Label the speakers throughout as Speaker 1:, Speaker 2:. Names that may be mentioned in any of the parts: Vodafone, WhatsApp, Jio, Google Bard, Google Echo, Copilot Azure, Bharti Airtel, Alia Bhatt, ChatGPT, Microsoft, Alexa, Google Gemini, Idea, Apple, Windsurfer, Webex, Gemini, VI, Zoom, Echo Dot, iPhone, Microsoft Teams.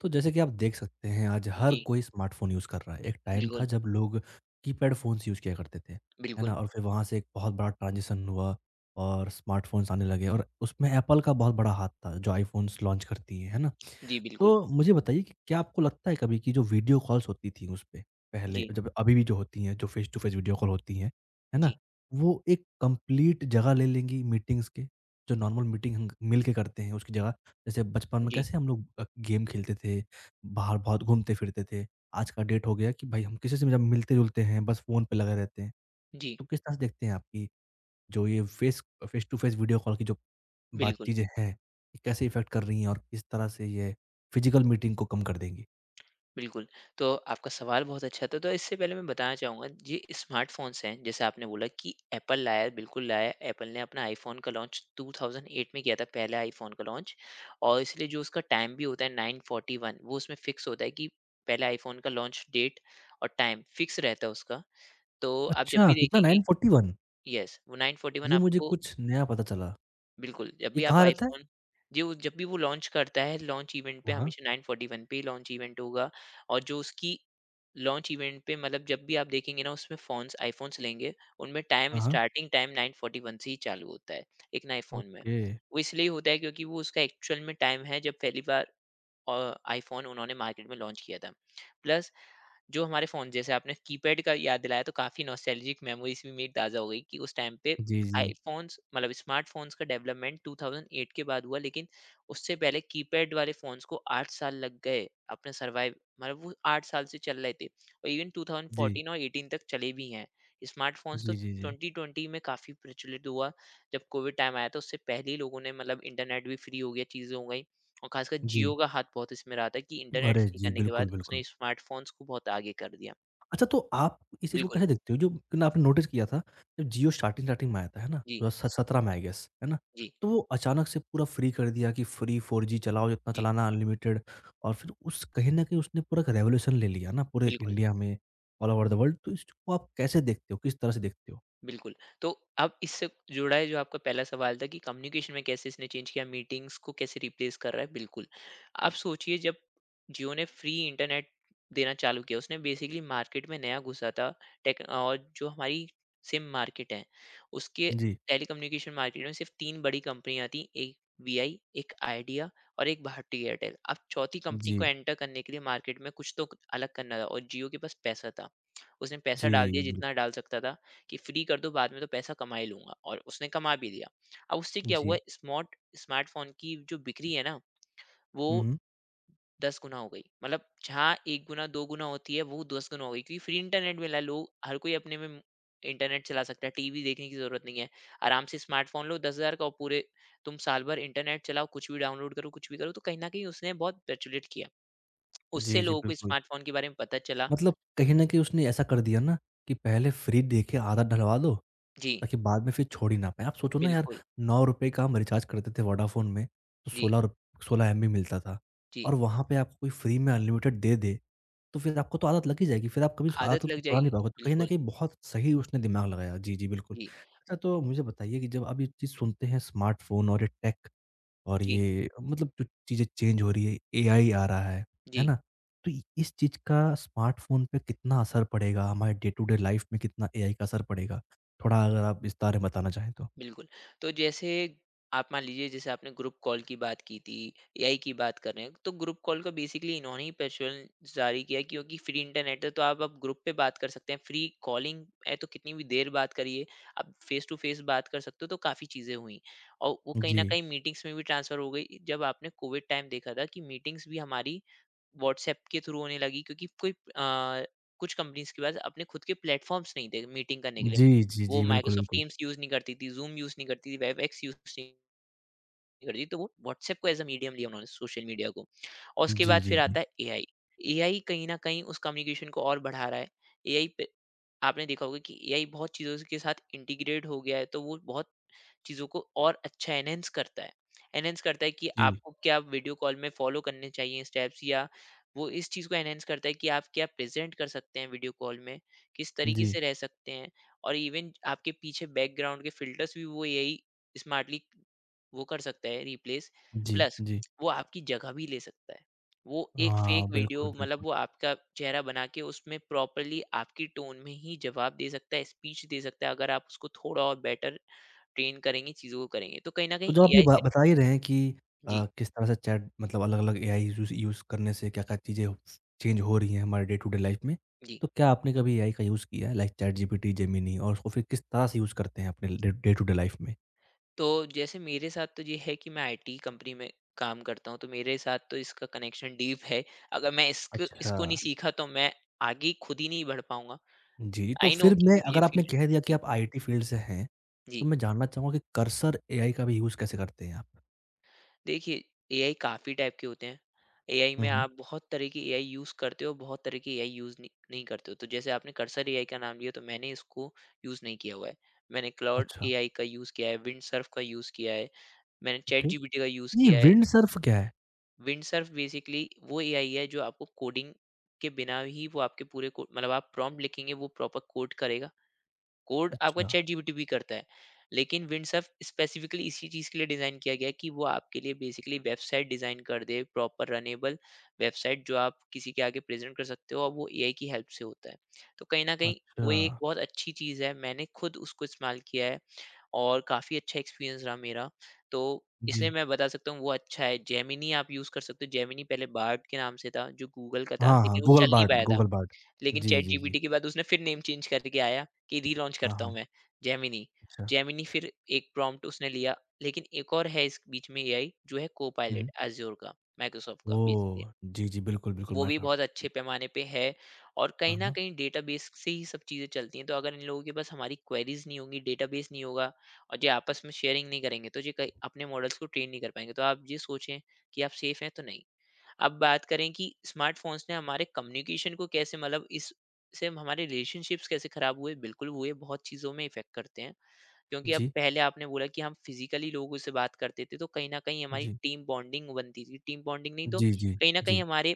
Speaker 1: तो जैसे कि आप देख सकते हैं आज हर
Speaker 2: जी,
Speaker 1: कोई स्मार्टफ़ोन यूज़ कर रहा है। एक टाइम था
Speaker 2: बिल्कुल,
Speaker 1: जब लोग कीपैड फ़ोन्स यूज़ किया करते थे, है
Speaker 2: बिल्कुल।
Speaker 1: ना? और फिर वहाँ से एक बहुत बड़ा ट्रांज़िशन हुआ और स्मार्टफ़ोन्स आने लगे, और उसमें एप्पल का बहुत बड़ा हाथ था जो आईफ़ोन्स लॉन्च करती है ना?
Speaker 2: जी, बिल्कुल।
Speaker 1: तो मुझे बताइए कि क्या आपको लगता है कभी कि जो वीडियो कॉल्स होती थी उसपे पहले
Speaker 2: जी,
Speaker 1: जब, अभी भी जो होती हैं, जो face to face video call होती हैं, है ना?
Speaker 2: जी,
Speaker 1: वो एक कंप्लीट जगह ले लेंगी मीटिंग्स के, जो नॉर्मल मीटिंग हम मिल के करते हैं उसकी जगह, जैसे बचपन में
Speaker 2: जी,
Speaker 1: कैसे हम लोग गेम खेलते थे, बाहर बहुत घूमते फिरते थे। आज का डेट हो गया कि भाई हम किसी से भी जब मिलते-जुलते हैं, बस फ़ोन पे लगे रहते हैं।
Speaker 2: जी,
Speaker 1: तो किस तरह से देखते हैं आप कि जो ये face face to face video call की जो बात
Speaker 2: बिल्कुल,
Speaker 1: चीज़ें हैं, ये कैसे इफ़ेक्ट कर रही हैं, और किस तरह से ये फ़िज़िकल मीटिंग को कम कर देंगी?
Speaker 2: बिल्कुल। तो आपका सवाल बहुत अच्छा था, तो इससे पहले मैं बताना चाहूँगा ये स्मार्टफ़ोन्स हैं, जैसे आपने बोला कि एप्पल लाया है, बिल्कुल लाया है। एप्पल ने अपना आईफ़ोन का लॉन्च 2008 में किया था, पहला आईफ़ोन का लॉन्च। और इसलिए जो उसका टाइम भी होता है 9:41, वो उसमें फ़िक्स होता है कि पहला आईफ़ोन का लॉन्च डेट और टाइम फ़िक्स रहता है उसका। तो आप जब
Speaker 1: अच्छा,
Speaker 2: भी
Speaker 1: कितना
Speaker 2: देखेंगे,
Speaker 1: 9:41?
Speaker 2: यस, वो 9:41
Speaker 1: ये मुझे
Speaker 2: आपको।
Speaker 1: कुछ नया पता चला।
Speaker 2: बिल्कुल, जब
Speaker 1: ये
Speaker 2: भी आप
Speaker 1: कहाँ रहता
Speaker 2: iPhone,
Speaker 1: है?
Speaker 2: जो जब भी वो लॉन्च करता है, लॉन्च इवेंट पे
Speaker 1: हाँ, हाँ।
Speaker 2: हमेशा 9:41 पे ही लॉन्च इवेंट होगा। और जो उसकी लॉन्च इवेंट पे मतलब जब भी आप देखेंगे ना उसमें फ़ोन्स iPhones लेंगे, उनमें टाइम
Speaker 1: हाँ, हाँ।
Speaker 2: स्टार्टिंग टाइम 9:41 से ही चालू होता है, एक ना iPhone में।
Speaker 1: ओके।
Speaker 2: वो इसलिए होता है क्योंकि वो उसका एक्चुअल में टाइम है जब पहली बार iPhone उन्होंने मार्केट में लॉन्च किया था। प्लस जो हमारे फ़ोन जैसे आपने कीपैड का याद दिलाया तो काफ़ी नॉस्टैल्जिक मेमोरीज़ भी मेरी ताज़ा हो गई कि उस टाइम पे
Speaker 1: जी, जी।
Speaker 2: आईफ़ोन्स मतलब स्मार्टफ़ोन्स का डेवलपमेंट 2008 के बाद हुआ, लेकिन उससे पहले कीपैड वाले फ़ोन्स को 8 साल लग गए अपने सर्वाइव, मतलब वो 8 साल से चल रहे थे और इवन
Speaker 1: जी।
Speaker 2: 2014 और 18 तक चले भी हैं। स्मार्टफ़ोन्स तो
Speaker 1: जी, जी, जी।
Speaker 2: 2020 में काफ़ी प्रचलित हुआ, जब कोविड टाइम आया तो उससे पहले ही लोगों ने मतलब इंटरनेट भी फ्री हो गया, चीज़ें हो गई। और खासकर
Speaker 1: जी।
Speaker 2: जियो का हाथ बहुत इसमें रहा था कि
Speaker 1: जी,
Speaker 2: इंटरनेट
Speaker 1: अरे!
Speaker 2: शुरू
Speaker 1: जी,
Speaker 2: करने के
Speaker 1: बिल्कुल,
Speaker 2: बाद उसने
Speaker 1: बिल्कुल।
Speaker 2: स्मार्टफ़ोन्स को बहुत आगे कर दिया।
Speaker 1: अच्छा, तो आप इस चीज़ को
Speaker 2: बिल्कुल।
Speaker 1: कैसे देखते हो? जो कि ना आपने नोटिस किया था, जब जियो स्टार्टिंग स्टार्टिंग में आया था, है ना?
Speaker 2: जी,
Speaker 1: 2017 में आई गेस, है ना?
Speaker 2: जी,
Speaker 1: तो वो अचानक से पूरा फ्री कर दिया कि फ्री 4G चलाओ जितना
Speaker 2: जी।
Speaker 1: चलाना, अनलिमिटेड। और फिर उस कहीं न कहीं उसने पूरा एक रेवोल्यूशन ले लिया ना पूरे
Speaker 2: बिल्कुल।
Speaker 1: इंडिया में, ऑल ओवर द वर्ल्ड। तो इसको आप कैसे देखते हो? किस तरह से देखते हो?
Speaker 2: बिल्कुल। तो अब इससे जुड़ा है जो आपका पहला सवाल था कि कम्युनिकेशन में कैसे इसने चेंज किया, मीटिंग्स को कैसे रिप्लेस कर रहा है, बिल्कुल। आप सोचिए जब जियो ने फ्री इंटरनेट देना चालू किया, उसने बेसिकली मार्केट में नया घुसा था टेक और जो हमारी सिम मार्केट है, उसके
Speaker 1: जी,
Speaker 2: टेलीकम्युनिकेशन मार्केट में सिर्फ़ 3 बड़ी कंपनियाँ थीं, एक वीआई, एक आइडिया और एक भारती एयरटेल। अब चौथी कंपनी को
Speaker 1: जी,
Speaker 2: एंटर करने के लिए मार्केट में कुछ तो अलग करना था और जियो के पास पैसा था। उसने पैसा डाल दिया
Speaker 1: जी, बिल
Speaker 2: जितना डाल सकता था कि फ्री कर दो, बाद में तो पैसा कमा ही लूँगा और उसने कमा भी लिया। अब उससे क्या हुआ
Speaker 1: जी।
Speaker 2: स्मार्टफ़ोन की जो बिक्री है ना,
Speaker 1: हुँ,
Speaker 2: वो
Speaker 1: हुँ।
Speaker 2: 10 गुना हो गई। मतलब जहाँ 1 गुना 2 गुना होती है वो 10 गुना हो गई क्योंकि फ्री इंटरनेट मिला है, लोग हर कोई अपने में इंटरनेट चला सकता है, टीवी देखने की ज़रूरत नहीं है। आराम से स्मार्टफ़ोन लो 10,000 का और पूरे तुम साल भर इंटरनेट चलाओ, कुछ भी डाउनलोड करो, कुछ भी करो, तो कहीं न कहीं उसने बहुत प्रचलित किया। उससे
Speaker 1: जी, जी,
Speaker 2: लोगों को
Speaker 1: बिल्कुल।
Speaker 2: स्मार्टफ़ोन के बारे में पता चला।
Speaker 1: मतलब कहीं न कहीं उसने ऐसा कर दिया ना कि पहले फ्री देके आदत डलवा दो,
Speaker 2: जी,
Speaker 1: ताकि बाद में फिर छोड़ ही ना पाएँ। आप सोचो ना यार, ₹
Speaker 2: बिल्कुल।
Speaker 1: 9 का हम रिचार्ज करते थे वोडाफ़ोन में, तो
Speaker 2: जी,
Speaker 1: 16 एमबी मिलता था।
Speaker 2: जी।
Speaker 1: और वहाँ पे आपको कोई फ्री में अनलिमिटेड दे दे, तो फिर आपको तो आदत लग ही जाएगी, फिर आप कभी उस आदत
Speaker 2: आदत लग
Speaker 1: को छुड़ा
Speaker 2: जाएगी।
Speaker 1: नहीं पाओगे। तो कहीं न
Speaker 2: बिल्कुल।
Speaker 1: कहीं बहुत सही उसने दिमाग लगाया। जी, जी, बिल्कुल।
Speaker 2: जी,
Speaker 1: अच्छा, तो मुझे बताइए कि जब आप ये चीज़ सुनते हैं, स्मार्टफ़ोन और ये टेक, और
Speaker 2: जी।
Speaker 1: ये मतलब जो चीज़ें चेंज हो रही है, एआई आ रहा है
Speaker 2: जी,
Speaker 1: ना? तो इ इस चीज़ का स्मार्टफ़ोन पे कितना असर पड़ेगा? हमारे डे टू डे लाइफ़ में कितना एआई का असर पड़ेगा? थोड़ा अगर आप विस्तार में बताना चाहें तो।
Speaker 2: बिल्कुल। तो जैसे आप मान लीजिए जैसे आपने ग्रुप कॉल की बात की थी, एआई की बात कर रहे हैं, तो ग्रुप कॉल को बेसिकली इन्होंने ही प्रचलन जारी किया क्योंकि फ्री इंटरनेट है तो आप अब ग्रुप पे बात कर सकते हैं, फ्री कॉलिंग है तो कितनी भी देर बात करिए, आप फेस टू फेस बात कर सकते हो तो काफ़ी चीज़ें हुई। और वो कहीं न
Speaker 1: जी।
Speaker 2: कहीं मीटिंग्स में भी ट्रांसफ़र हो गई, जब आपने कोविड टाइम देखा था कि मीटिंग्स भी हमारी व्हाट्सएप के थ्रू होने लगी क्योंकि कोई अ, कुछ कंपनीज के पास अपने खुद के प्लेटफॉर्म्स नहीं थे मीटिंग करने के लिए।
Speaker 1: जी, जी,
Speaker 2: वो
Speaker 1: जी। बिल्कुल,
Speaker 2: माइक्रोसॉफ्ट
Speaker 1: बिल्कुल।
Speaker 2: टीम्स यूज़ नहीं करती थी, ज़ूम यूज़ नहीं करती थी, वेबएक्स यूज़ नहीं करती थी, तो वो व्हाट्सएप को एज़ अ मीडियम लिया उन्होंने सोशल मीडिया को। और उसके
Speaker 1: जी,
Speaker 2: बाद
Speaker 1: जी,
Speaker 2: फिर
Speaker 1: जी।
Speaker 2: आता है एआई। एआई कहीं न कहीं उस कम्युनिकेशन को और बढ़ा रहा है। एआई पे आपने देखा होगा कि एआई बहुत चीज़ों के साथ इंटीग्रेट हो गया है, तो वो बहुत चीज़ों को और अच्छा एनहांस करता है। एनहांस करता है कि
Speaker 1: जी।
Speaker 2: आपको क्या वीडियो कॉल में फ़ॉलो करने चाहिए स्टेप्स, या वो इस चीज़ को एनहांस करता है कि आप क्या प्रेज़ेंट कर सकते हैं वीडियो कॉल में, किस तरीके
Speaker 1: जी।
Speaker 2: से रह सकते हैं और इवन आपके पीछे बैकग्राउंड के फ़िल्टर्स भी वो यही स्मार्टली वो कर सकता है रिप्लेस।
Speaker 1: जी,
Speaker 2: प्लस
Speaker 1: जी।
Speaker 2: वो आपकी जगह भी ले सकता है। वो एक
Speaker 1: हाँ,
Speaker 2: फ़ेक
Speaker 1: बिल्कुल,
Speaker 2: वीडियो मतलब
Speaker 1: बिल्कुल।
Speaker 2: वो आपका चेहरा बना के उसमें प्रॉपरली आपकी टोन में ही जवाब दे सकता है, स्पीच दे सकता है अगर आप उसको थोड़ा और बेटर ट्रेन करेंगे, चीज़ों को करेंगे। तो कहीं न
Speaker 1: तो जब
Speaker 2: कहीं
Speaker 1: आप ये
Speaker 2: एआई
Speaker 1: बा
Speaker 2: से।
Speaker 1: बता ही रहे हैं कि
Speaker 2: जी,
Speaker 1: किस तरह से चैट, मतलब अलग-अलग एआई यूज़ यूज़ करने से क्या-क्या चीज़ें चेंज हो रही हैं हमारे डे टू डे लाइफ में।
Speaker 2: जी।
Speaker 1: तो क्या आपने कभी एआई का यूज़ किया है, लाइक चैटजीपीटी, जेमिनी, और उसको फिर किस तरह से यूज़ करते हैं अपने day day to day life में?
Speaker 2: तो जैसे मेरे साथ तो ये है कि मैं आईटी कंपनी में काम करता हूँ, तो मेरे साथ तो इसका कनेक्शन डीप है। अगर मैं
Speaker 1: अच्छा।
Speaker 2: इसको नहीं सीखा तो मैं आगे खुद ही नहीं बढ़ पाऊँगा।
Speaker 1: जी, तो
Speaker 2: आई नो
Speaker 1: फिर मैं,
Speaker 2: कि ये
Speaker 1: अगर आपने
Speaker 2: फील्ड।
Speaker 1: कह दिया कि
Speaker 2: जी,
Speaker 1: आप आईटी फील्ड से हैं,
Speaker 2: जी।
Speaker 1: तो मैं जानना चाहूँगा कि कर्सर एआई का भी यूज़ कैसे करते हैं आप?
Speaker 2: देखिए, एआई काफ़ी टाइप के होते हैं। एआई
Speaker 1: हुँ,
Speaker 2: में
Speaker 1: हुँ।
Speaker 2: आप बहुत तरह की एआई यूज़ करते हो, बहुत तरह की एआई यूज़ नहीं नहीं करते हो। तो जैसे आपने कर्सर एआई का नाम लिया, तो मैंने इसको यूज़ नहीं किया हुआ है। मैंने क्लाउड
Speaker 1: अच्छा,
Speaker 2: एआई का यूज़ किया है, विंडसर्फ का यूज़ किया है। मैंने चैट
Speaker 1: ओके।
Speaker 2: जीपीटी का यूज़
Speaker 1: ये
Speaker 2: किया है।
Speaker 1: विंडसर्फ क्या है?
Speaker 2: विंडसर्फ बेसिकली वो एआई है जो आपको कोडिंग के बिना ही वो आपके पूरे को मतलब आप प्रॉम्प्ट लिखेंगे वो प्रॉपर कोड करेगा। कोड आपका
Speaker 1: अच्छा,
Speaker 2: चैट जीपीटी भी करता है। लेकिन विंडसर्फ स्पेसिफिकली इसी चीज़ के लिए डिज़ाइन किया गया है कि वो आपके लिए बेसिकली वेबसाइट डिज़ाइन कर दे, प्रॉपर रनेबल वेबसाइट जो आप किसी के आगे प्रेज़ेंट कर सकते हो और वो एआई की हेल्प से होता है। तो कहीं न कहीं
Speaker 1: अच्छा।
Speaker 2: वो एक बहुत अच्छी चीज़ है। मैंने खुद उसको इस्तेमाल किया है। और काफ़ी अच्छा एक्सपीरियंस रहा मेरा। तो इसलिए
Speaker 1: जी।
Speaker 2: मैं बता सकता हूँ वो अच्छा है। जेमिनी आप यूज़ कर सकते हो। जेमिनी पहले बार्ड के नाम से था जो गूगल का था,
Speaker 1: हाँ, हाँ,
Speaker 2: लेकिन वो चल नहीं पाया था।
Speaker 1: Google Bard.
Speaker 2: लेकिन
Speaker 1: जी, जी, जी।
Speaker 2: चैटजीपीटी के बाद उसने फिर नेम चेंज करके आया कि रिलॉन्च
Speaker 1: हाँ,
Speaker 2: करता हूँ
Speaker 1: हाँ,
Speaker 2: मैं जेमिनी।
Speaker 1: अच्छा।
Speaker 2: जेमिनी फिर एक प्रॉम्प्ट उसने लिया, लेकिन एक और है इस बीच में एआई जो है
Speaker 1: हुँ।
Speaker 2: कोपायलट अज़्योर का, माइक्रोसॉफ्ट का बेसिकली।
Speaker 1: ओह! जी, जी, बिल्कुल, बिल्कुल,
Speaker 2: वो भी
Speaker 1: माइक्रोसॉफ्ट
Speaker 2: बहुत
Speaker 1: का।
Speaker 2: अच्छे
Speaker 1: जी।
Speaker 2: पैमाने पे है और कहीं
Speaker 1: हाँ,
Speaker 2: न
Speaker 1: हाँ।
Speaker 2: कहीं डेटाबेस से ही सब चीज़ें चलती हैं। तो अगर इन लोगों के पास हमारी क्वेरीज़ नहीं होंगी, डेटाबेस नहीं होगा और ये आपस में शेयरिंग नहीं करेंगे, तो ये कई अपने मॉडल्स को ट्रेन नहीं कर पाएँगे। तो आप ये सोचें कि आप सेफ़ हैं तो नहीं। अब बात करें कि स्मार्टफ़ोन्स ने हमारे कम्युनिकेशन को कैसे मतलब इस से हमारे रिलेशनशिप्स कैसे ख़राब हुए? बिल्कुल हुए, बहुत चीज़ों में इफ़ेक्ट करते हैं। क्योंकि अब
Speaker 1: जी,
Speaker 2: पहले आपने बोला कि हम फ़िज़िकली लोगों से बात करते थे, तो कहीं न कहीं हमारी
Speaker 1: जी।
Speaker 2: टीम बॉन्डिंग बनती थी। टीम बॉन्डिंग नहीं, तो
Speaker 1: जी, जी,
Speaker 2: कहीं न कहीं
Speaker 1: जी,
Speaker 2: हमारे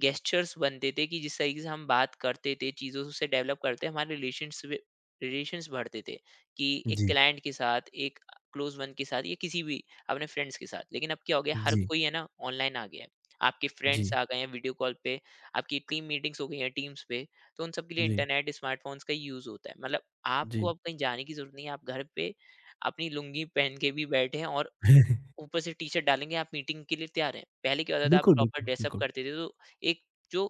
Speaker 2: गेस्चर्स बनते थे कि जिस तरीके से हम बात करते थे चीज़ों से डेवलप करते हमारे रिलेशन्स रिलेशन्स बढ़ते थे कि एक
Speaker 1: जी,
Speaker 2: क्लाइंट के साथ, एक क्लोज वन के साथ या किसी भी अपने फ्रेंड्स के साथ, लेकिन अब क्या हो गया, हर
Speaker 1: जी,
Speaker 2: कोई है ना ऑनलाइन आ गया है, आपके फ्रेंड्स
Speaker 1: जी,
Speaker 2: आ गए हैं वीडियो कॉल पे, आपकी टीम मीटिंग्स हो गई हैं टीम्स पे, तो उन सब के लिए
Speaker 1: जी,
Speaker 2: इंटरनेट स्मार्टफोन्स का यूज़ होता है, मतलब आपको अब कहीं जाने की जरूरत नहीं है, आप घर पे अपनी लुंगी पहन के भी बैठे हैं और
Speaker 1: जी।
Speaker 2: ऊपर से टी-शर्ट डालेंगे, आप मीटिंग के लिए तैयार हैं। पहले क्या होता था, आप
Speaker 1: बिल्कुल,
Speaker 2: प्रॉपर
Speaker 1: बिल्कुल,
Speaker 2: ड्रेसअप
Speaker 1: बिल्कुल।
Speaker 2: करते थे, तो एक जो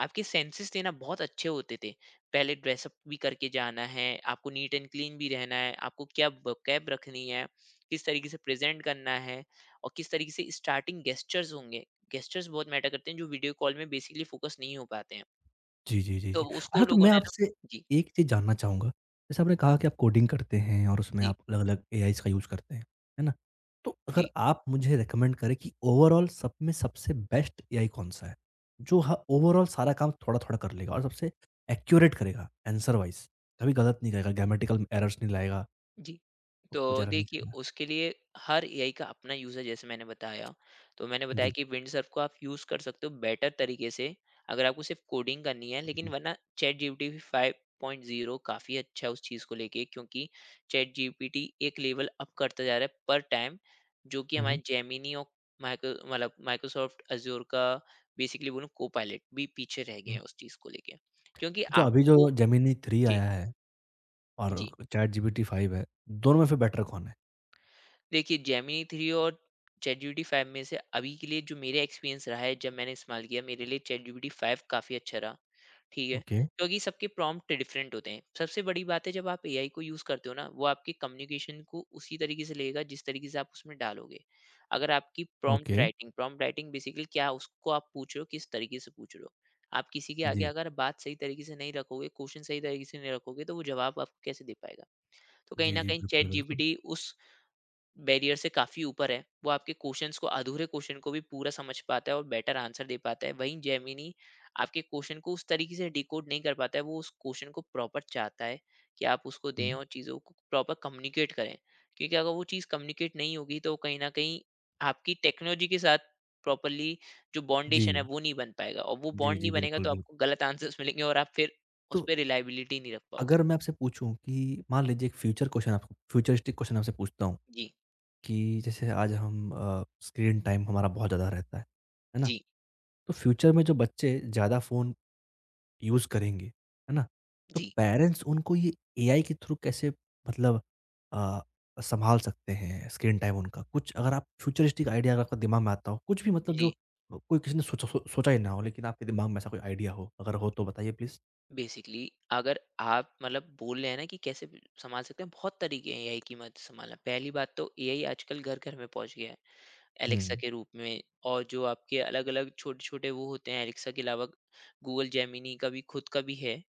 Speaker 2: आपके सेंसेस थे ना बहुत अच्छे होते थे। पहले ड्रेसअप भी करके जाना है, आपको नीट एंड क्लीन भी रहना है, आपको क्या vocab रखनी है, किस तरीके से प्रेज़ेंट करना है और किस तरीके से स्टार्टिंग गेस्चर्स होंगे। गेस्चर्स बहुत मैटर करते हैं जो वीडियो कॉल में बेसिकली फ़ोकस नहीं हो पाते हैं।
Speaker 1: जी, जी, जी,
Speaker 2: तो
Speaker 1: जी।
Speaker 2: उसको
Speaker 1: अच्छा, तो
Speaker 2: लोगों
Speaker 1: मैं
Speaker 2: ने ना।
Speaker 1: आपसे
Speaker 2: जी,
Speaker 1: एक चीज़ जानना चाहूँगा, जैसे आपने कहा कि आप कोडिंग करते हैं और उसमें
Speaker 2: जी,
Speaker 1: आप अलग-अलग एआईज़ का यूज़ करते हैं, है ना? तो अगर
Speaker 2: जी।
Speaker 1: आप मुझे रिकमेंड करें कि ओवरऑल सब में सबसे बेस्ट एआई कौन-सा है? जो ह ओवरऑल सारा काम थोड़ा-थोड़ा कर लेगा, और सबसे एक्यूरेट करेगा आंसर वाइज़, कभी गलत नहीं करेगा, ग्रामेटिकल एरर्स नहीं लाएगा,
Speaker 2: जी। तो
Speaker 1: कुछ एरर नहीं
Speaker 2: देखिए
Speaker 1: करेगा?
Speaker 2: उसके लिए हर एआई का अपना यूज़ है जैसे मैंने बताया। तो मैंने बताया
Speaker 1: जी।
Speaker 2: कि विंडसर्फ को आप यूज़ कर सकते हो बेटर तरीके से, अगर आपको सिर्फ़ कोडिंग करनी है, लेकिन वरना चैटजीपीटी भी 5.0 काफ़ी अच्छा है उस चीज़ को लेके क्योंकि चैटजीपीटी एक लेवल अप करता जा रहा है पर टाइम, जो कि
Speaker 1: हुँ,
Speaker 2: हमारे
Speaker 1: हुँ,
Speaker 2: जेमिनी और माइक्रो मतलब माइक्रोसॉफ्ट अज़ूर का बेसिकली बोलूँ कोपायलट भी पीछे रह गए हैं
Speaker 1: हुँ।
Speaker 2: उस चीज़ को लेके। क्योंकि
Speaker 1: तो अभी जो
Speaker 2: आपको।
Speaker 1: जेमिनी 3
Speaker 2: जी,
Speaker 1: आया है और
Speaker 2: जी।
Speaker 1: चैट जीपीटी 5 है, दोनों में फिर बेटर कौन है?
Speaker 2: देखिए जेमिनी थ्री और चैट जीपीटी फाइव में से अभी के लिए जो मेरा एक्सपीरियंस रहा है जब मैंने इस्तेमाल किया, मेरे लिए चैट जीपीटी फाइव काफ़ी अच्छा रहा, ठीक है,
Speaker 1: ओके,
Speaker 2: क्योंकि सबके प्रॉम्प्ट डिफरेंट होते हैं। सबसे बड़ी बात है जब आप एआई को यूज़ करते हो ना वो आपकी कम्युनिकेशन को उसी तरीके से लेगा जिस तरीके से आप उसमें डालोगे। अगर आपकी prompt
Speaker 1: okay.
Speaker 2: Writing prompt writing basically क्या उसको आप पूछ रहे हो, किस तरीके से पूछ रहे हो, आप किसी के आगे
Speaker 1: जी।
Speaker 2: अगर बात सही तरीके से नहीं रखोगे, क्वेश्चन सही तरीके से नहीं रखोगे, तो वो जवाब आपको कैसे दे पाएगा। तो कहीं
Speaker 1: जी,
Speaker 2: ना
Speaker 1: जी।
Speaker 2: कहीं
Speaker 1: बिल्कुल,
Speaker 2: चैट
Speaker 1: बिल्कुल।
Speaker 2: जीपीटी उस बैरियर से काफ़ी ऊपर है। वो आपके क्वेश्चन्स को, अधूरे क्वेश्चन को भी पूरा समझ पाता है और बेटर आंसर दे पाता है। वहीं जेमिनी आपके क्वेश्चन को उस तरीके से डिकोड नहीं कर पाता है। वो उस क्वेश्चन को प्रॉपर चाहता है कि आप उसको
Speaker 1: हुँ।
Speaker 2: दें और चीज़ों को प्रॉपर कम्युनिकेट करें। क्योंकि अगर वो चीज़ कम्युनिकेट नहीं होगी तो कहीं न कहीं आपकी टेक्नोलॉजी के साथ प्रॉपरली जो
Speaker 1: जी।
Speaker 2: बॉन्डेशन है वो नहीं बन पाएगा, और वो
Speaker 1: जी,
Speaker 2: बॉन्ड नहीं
Speaker 1: जी।
Speaker 2: बनेगा
Speaker 1: बिल्कुल,
Speaker 2: तो आपको
Speaker 1: बिल्कुल।
Speaker 2: गलत आंसर्स मिलेंगे और आप फिर उस
Speaker 1: तो
Speaker 2: पे रिलायबिलिटी नहीं रख पाओगे।
Speaker 1: अगर मैं आपसे पूछूँ कि मान लीजिए एक फ्यूचर क्वेश्चन, आपको फ्यूचरिस्टिक क्वेश्चन आपसे पूछता हूँ
Speaker 2: जी,
Speaker 1: कि जैसे आज हम स्क्रीन टाइम हमारा बहुत ज़्यादा रहता है ना?
Speaker 2: जी,
Speaker 1: तो फ्यूचर में जो बच्चे ज़्यादा फ़ोन यूज़ करेंगे, है ना? तो
Speaker 2: जी,
Speaker 1: पेरेंट्स उनको ये एआई के थ्रू कैसे, मतलब अ, सँभाल सकते हैं स्क्रीन टाइम उनका? कुछ अगर आप फ्यूचरिस्टिक आइडिया, अगर आपका दिमाग में आता हो, कुछ भी, मतलब जो
Speaker 2: जी।
Speaker 1: कोई किसी ने सोचा ही ना हो, लेकिन आपके दिमाग में ऐसा कोई आइडिया हो, अगर हो तो बताइए प्लीज़।
Speaker 2: बेसिकली अगर आप मतलब बोल रहे हैं ना कि कैसे भी संभाल सकते हैं, बहुत तरीके हैं एआई की मदद से संभालना। पहली बात, तो एआई आजकल घर घर में पहुंच गया है एलेक्सा
Speaker 1: हुँ।
Speaker 2: के रूप में। और जो आपके अलग अलग छोटे छोटे वो होते हैं एलेक्सा के अलावा, गूगल जेमिनी का भी खुद का भी है,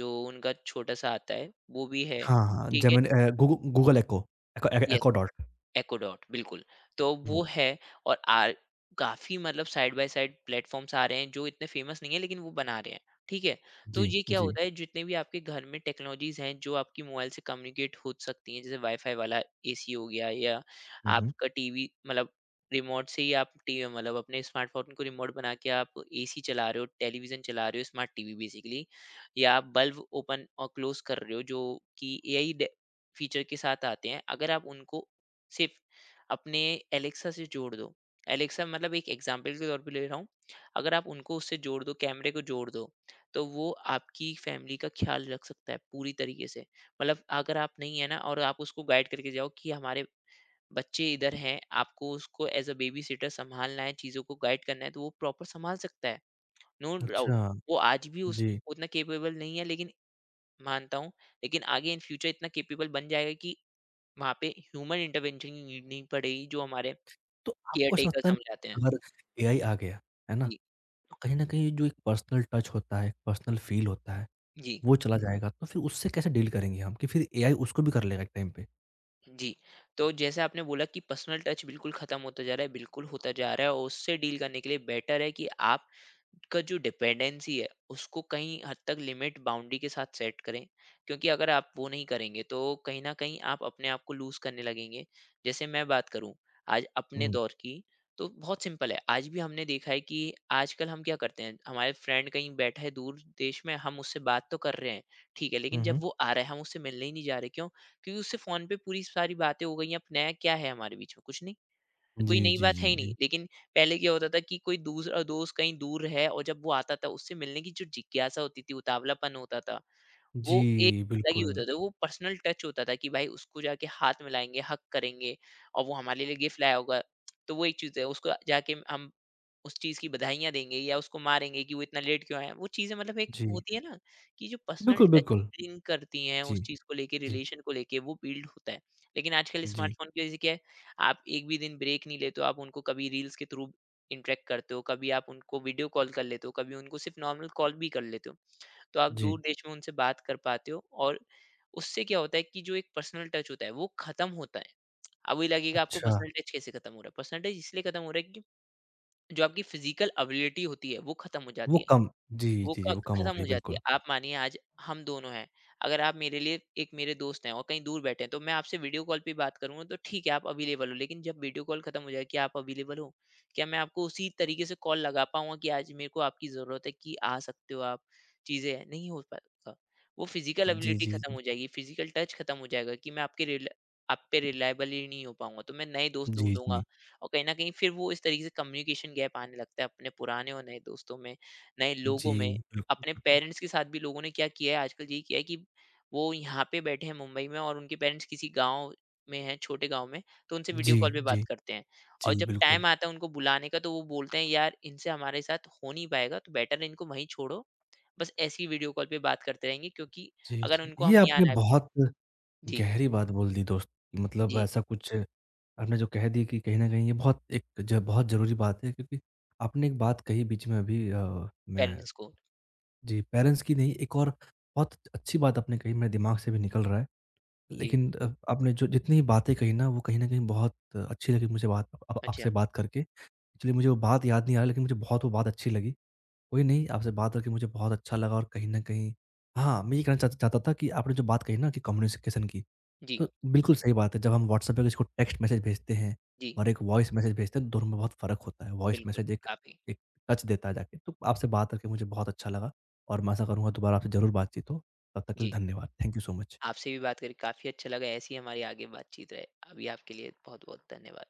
Speaker 2: जो उनका छोटा सा आता है वो भी है।
Speaker 1: हाँ, हाँ,
Speaker 2: ठीक
Speaker 1: जेमिनी, गूगू गूगल इको, इको ए
Speaker 2: है,
Speaker 1: इको डॉट।
Speaker 2: एकोडॉट बिल्कुल। तो
Speaker 1: हुँ,
Speaker 2: वो है और आर काफ़ी मतलब साइड बाय साइड प्लेटफ़ॉर्म्स आ रहे हैं जो इतने फ़ेमस नहीं है लेकिन वो बना रहे हैं, ठीक है? तो
Speaker 1: जी,
Speaker 2: ये क्या
Speaker 1: जी।
Speaker 2: होता है, जितने भी आपके घर में टेक्नोलॉज़ीज़ हैं जो आपकी मोबाइल से कम्युनिकेट हो सकती हैं, जैसे वाई-फाई वाला एसी हो गया, या
Speaker 1: हुँ, हुँ।
Speaker 2: आपका टीवी मतलब रिमोट से ही आप टी मतलब अपने स्मार्टफ़ोन को रिमोट बना के आप एसी चला रहे हो, टेलीविज़न चला रहे हो, स्मार्ट टीवी बेसिकली, या आप बल्ब ओपन और क्लोज़ कर रहे हो, जो कि एआई डे फ़ीचर के साथ आते हैं। अगर आप उनको सिर्फ अपने एलेक्सा से जोड़ दो। एलेक्सा मतलब एक एग्ज़ाम्पल के तौर पे ले रहा हूँ। अगर आप उनको उससे जोड़ दो, कैमरे को जोड़ दो, तो वो आपकी फैमिली का ख़्याल रख सकता है पूरी तरीके से। मतलब अगर आप नहीं है ना, और आप उसको गाइड करके जाओ कि हमारे बच्चे इधर हैं, आपको उसको एज़ अ बेबी-सिटर सँभालना है, चीज़ों को गाइड करना है, तो वो प्रॉपर सँभाल सकता है, नो डाउट।
Speaker 1: अच्छा,
Speaker 2: वो आज भी उस
Speaker 1: जी।
Speaker 2: उतना कैपेबल नहीं है, लेकिन मानता हूँ, लेकिन आगे इन फ्यूचर इतना कैपेबल बन जाएगा कि वहाँ पे ह्यूमन इंटरवेंशन की नीड नहीं पड़ेगी जो हमारे
Speaker 1: तो आपको ऐसा
Speaker 2: केयरटेकर
Speaker 1: लगता है
Speaker 2: समझाते हैं।
Speaker 1: अगर एआई आ गया, है ना?
Speaker 2: जी,
Speaker 1: तो कहीं न कहीं जो एक पर्सनल टच होता है, एक पर्सनल फ़ील होता है,
Speaker 2: जी।
Speaker 1: वो चला जाएगा, तो फिर उससे कैसे डील करेंगे हम, कि फिर एआई उसको भी कर लेगा एक टाइम पे।
Speaker 2: जी, तो जैसे आपने बोला कि पर्सनल टच बिल्कुल खत्म होता जा रहा है, बिल्कुल होता जा रहा है, और उससे डील करने के लिए बेटर है कि आप का जो डिपेंडेंसी है, उसको कहीं हद तक लिमिट बाउंड्री के साथ सेट करें। क्योंकि अगर आप वो नहीं करेंगे, तो कहीं न कहीं आप अपने आप को लूज़ करने लगेंगे। जैसे मैं बात करूँ आज अपने
Speaker 1: हुँ।
Speaker 2: दौर की, तो बहुत सिंपल है। आज भी हमने देखा है कि आजकल हम क्या करते हैं, हमारे फ्रेंड कहीं बैठा है दूर देश में, हम उससे बात तो कर रहे हैं, ठीक है, लेकिन
Speaker 1: हुँ,
Speaker 2: जब
Speaker 1: हुँ।
Speaker 2: वो आ रहा है, हम उससे मिलने ही नहीं जा रहे, क्यों? क्योंकि उससे फ़ोन पे पूरी सारी बातें हो गई हैं, अब नया क्या है हमारे बीच में? कुछ नहीं। कोई
Speaker 1: जी,
Speaker 2: नई
Speaker 1: जी,
Speaker 2: बात है
Speaker 1: जी,
Speaker 2: ही नहीं,
Speaker 1: जी।
Speaker 2: लेकिन पहले क्या होता था कि कोई दूसरा दोस्त कहीं दूर है, और जब वो आता था उससे मिलने की जो जिज्ञासा होती थी, उतावलापन होता था, वो एक
Speaker 1: जी,
Speaker 2: अलग ही
Speaker 1: बिल्कुल।
Speaker 2: होता था, वो पर्सनल टच होता था कि भाई उसको जाके हाथ मिलाएँगे, हग करेंगे, और वो हमारे लिए गिफ्ट लाया होगा। तो वो एक चीज़ है, उसको जाके हम उस चीज़ की बधाइयाँ देंगे या उसको मारेंगे कि वो इतना लेट क्यों आया। वो चीज़ें मतलब एक
Speaker 1: जी।
Speaker 2: होती है ना कि जो पर्सनल
Speaker 1: बिल्कुल,
Speaker 2: टच
Speaker 1: बिल्कुल।
Speaker 2: ब्रिंग करती हैं
Speaker 1: जी,
Speaker 2: उस चीज़ को लेके,
Speaker 1: जी,
Speaker 2: रिलेशन को लेके वो बिल्ड होता है। लेकिन आजकल
Speaker 1: जी,
Speaker 2: स्मार्टफ़ोन की वज़ह से क्या है, आप एक भी दिन ब्रेक नहीं लेते हो, आप उनको कभी रील्स के थ्रू इंटरैक्ट करते हो, कभी आप उनको वीडियो कॉल कर लेते हो, कभी उनको सिर्फ़ नॉर्मल कॉल भी कर लेते हो। तो आप
Speaker 1: जी।
Speaker 2: दूर देश में उनसे बात कर पाते हो, और उससे क्या होता है कि जो एक पर्सनल टच होता है वो खत्म होता है। अब ये लगेगा आपको
Speaker 1: अच्छा,
Speaker 2: पर्सनल टच कैसे खत्म हो रहा है, पर्सनल टच इसलिए खत्म हो रहा है कि जो आपकी फिजिकल अबिलिटी होती है वो खत्म हो
Speaker 1: वो
Speaker 2: जाती है,
Speaker 1: कम, जी,
Speaker 2: वो
Speaker 1: जी, जी,
Speaker 2: क
Speaker 1: वो कम हो
Speaker 2: खत्म
Speaker 1: गई
Speaker 2: हो जाती है।
Speaker 1: बिल्कुल।
Speaker 2: आप मानिए आज हम दोनों हैं, अगर आप मेरे लिए एक मेरे दोस्त हैं और कहीं दूर बैठे हैं, तो मैं आपसे वीडियो कॉल पे बात करूँगा, तो ठीक है आप अवेलेबल हो, लेकिन जब वीडियो कॉल खत्म हो जाए कि आप अवेलेबल हो? क्या मैं आपको उसी तरीके से कॉल लगा पाऊँगा कि आज मेरे को आपकी ज़रूरत है कि आ सकते हो आप? चीज़ें हैं, नहीं हो पाएगा। वो फिज़िकल
Speaker 1: जी,
Speaker 2: एबिलिटी
Speaker 1: जी,
Speaker 2: खत्म
Speaker 1: जी।
Speaker 2: हो जाएगी, फिज़िकल टच खत्म हो जाएगा कि मैं आपके रिल आप पे रिलायबल ही नहीं हो पाऊँगा, तो मैं नए दोस्त
Speaker 1: जी,
Speaker 2: ढूँढूँगा,
Speaker 1: जी।
Speaker 2: और कहीं न कहीं फिर वो इस तरीके से कम्युनिकेशन गैप आने लगता है अपने पुराने और नए दोस्तों में। नए
Speaker 1: जी,
Speaker 2: लोगों में,
Speaker 1: बिल्कुल,
Speaker 2: अपने
Speaker 1: बिल्कुल।
Speaker 2: पेरेंट्स के साथ भी लोगों ने क्या किया है आजकल, यही किया है कि वो यहाँ पे बैठे हैं मुंबई में और उनके पेरेंट्स किसी गाँव में हैं, छोटे गाँव में, तो उनसे वीडियो
Speaker 1: जी,
Speaker 2: कॉल पे बात
Speaker 1: जी,
Speaker 2: करते हैं। और
Speaker 1: जी,
Speaker 2: जब
Speaker 1: बिल्कुल।
Speaker 2: टाइम आता है उनको बुलाने का तो वो बोलते हैं यार इनसे हमारे साथ हो नहीं पाएगा, तो बेटर है इनको वहीं छोड़ो। बस ऐसी वीडियो कॉल पे बात करते रहेंगे, क्योंकि
Speaker 1: जी,
Speaker 2: अगर
Speaker 1: जी।
Speaker 2: उनको
Speaker 1: ये
Speaker 2: हम यहाँ
Speaker 1: आपने
Speaker 2: लाए।
Speaker 1: बहुत
Speaker 2: जी,
Speaker 1: गहरी बात बोल दी दोस्त। मतलब
Speaker 2: जी,
Speaker 1: ऐसा कुछ आपने जो कह दिया कि कहीं न कहीं ये बहुत एक ज बहुत ज़रूरी बात है, क्योंकि आपने एक बात कही बीच में अभी, मैं।
Speaker 2: पेरेंट्स को।
Speaker 1: जी, पेरेंट्स की नहीं, एक और बहुत अच्छी बात आपने कही, मेरे दिमाग से भी निकल रहा है।
Speaker 2: जी,
Speaker 1: लेकिन आपने जो जितनी बातें कही ना वो कहीं न कहीं बहुत अच्छी लगी मुझे, बात आप
Speaker 2: अच्छा।
Speaker 1: आपसे बात करके। एक्चुअली मुझे वो बात याद नहीं आ रही, लेकिन मुझे बहुत वो बात अच्छी लगी। कोई नहीं, आपसे बात करके मुझे बहुत अच्छा लगा, और कहीं न कहीं, हाँ, मैं ये कहना चाहता था कि आपने जो बात कही ना कि कम्युनिकेशन की,
Speaker 2: जी,
Speaker 1: तो बिल्कुल सही बात है। जब हम व्हाट्सएप पे किसी को टेक्स्ट मैसेज भेजते हैं
Speaker 2: जी,
Speaker 1: और एक वॉइस मैसेज भेजते हैं, दोनों में बहुत फ़र्क होता है। वॉइस
Speaker 2: बिल्कुल,
Speaker 1: मैसेज एक
Speaker 2: काफ़ी।
Speaker 1: एक टच देता है जाके। तो आपसे बात करके मुझे बहुत अच्छा लगा, और मैं आशा करूँगा दोबारा आपसे ज़रूर बातचीत हो। तब तक के लिए
Speaker 2: जी।
Speaker 1: धन्यवाद। Thank you so much.
Speaker 2: आपसे भी बात करके काफ़ी अच्छा लगा। ऐसी ही हमारी आगे बातचीत रहे। अभी आपके लिए बहुत-बहुत धन्यवाद।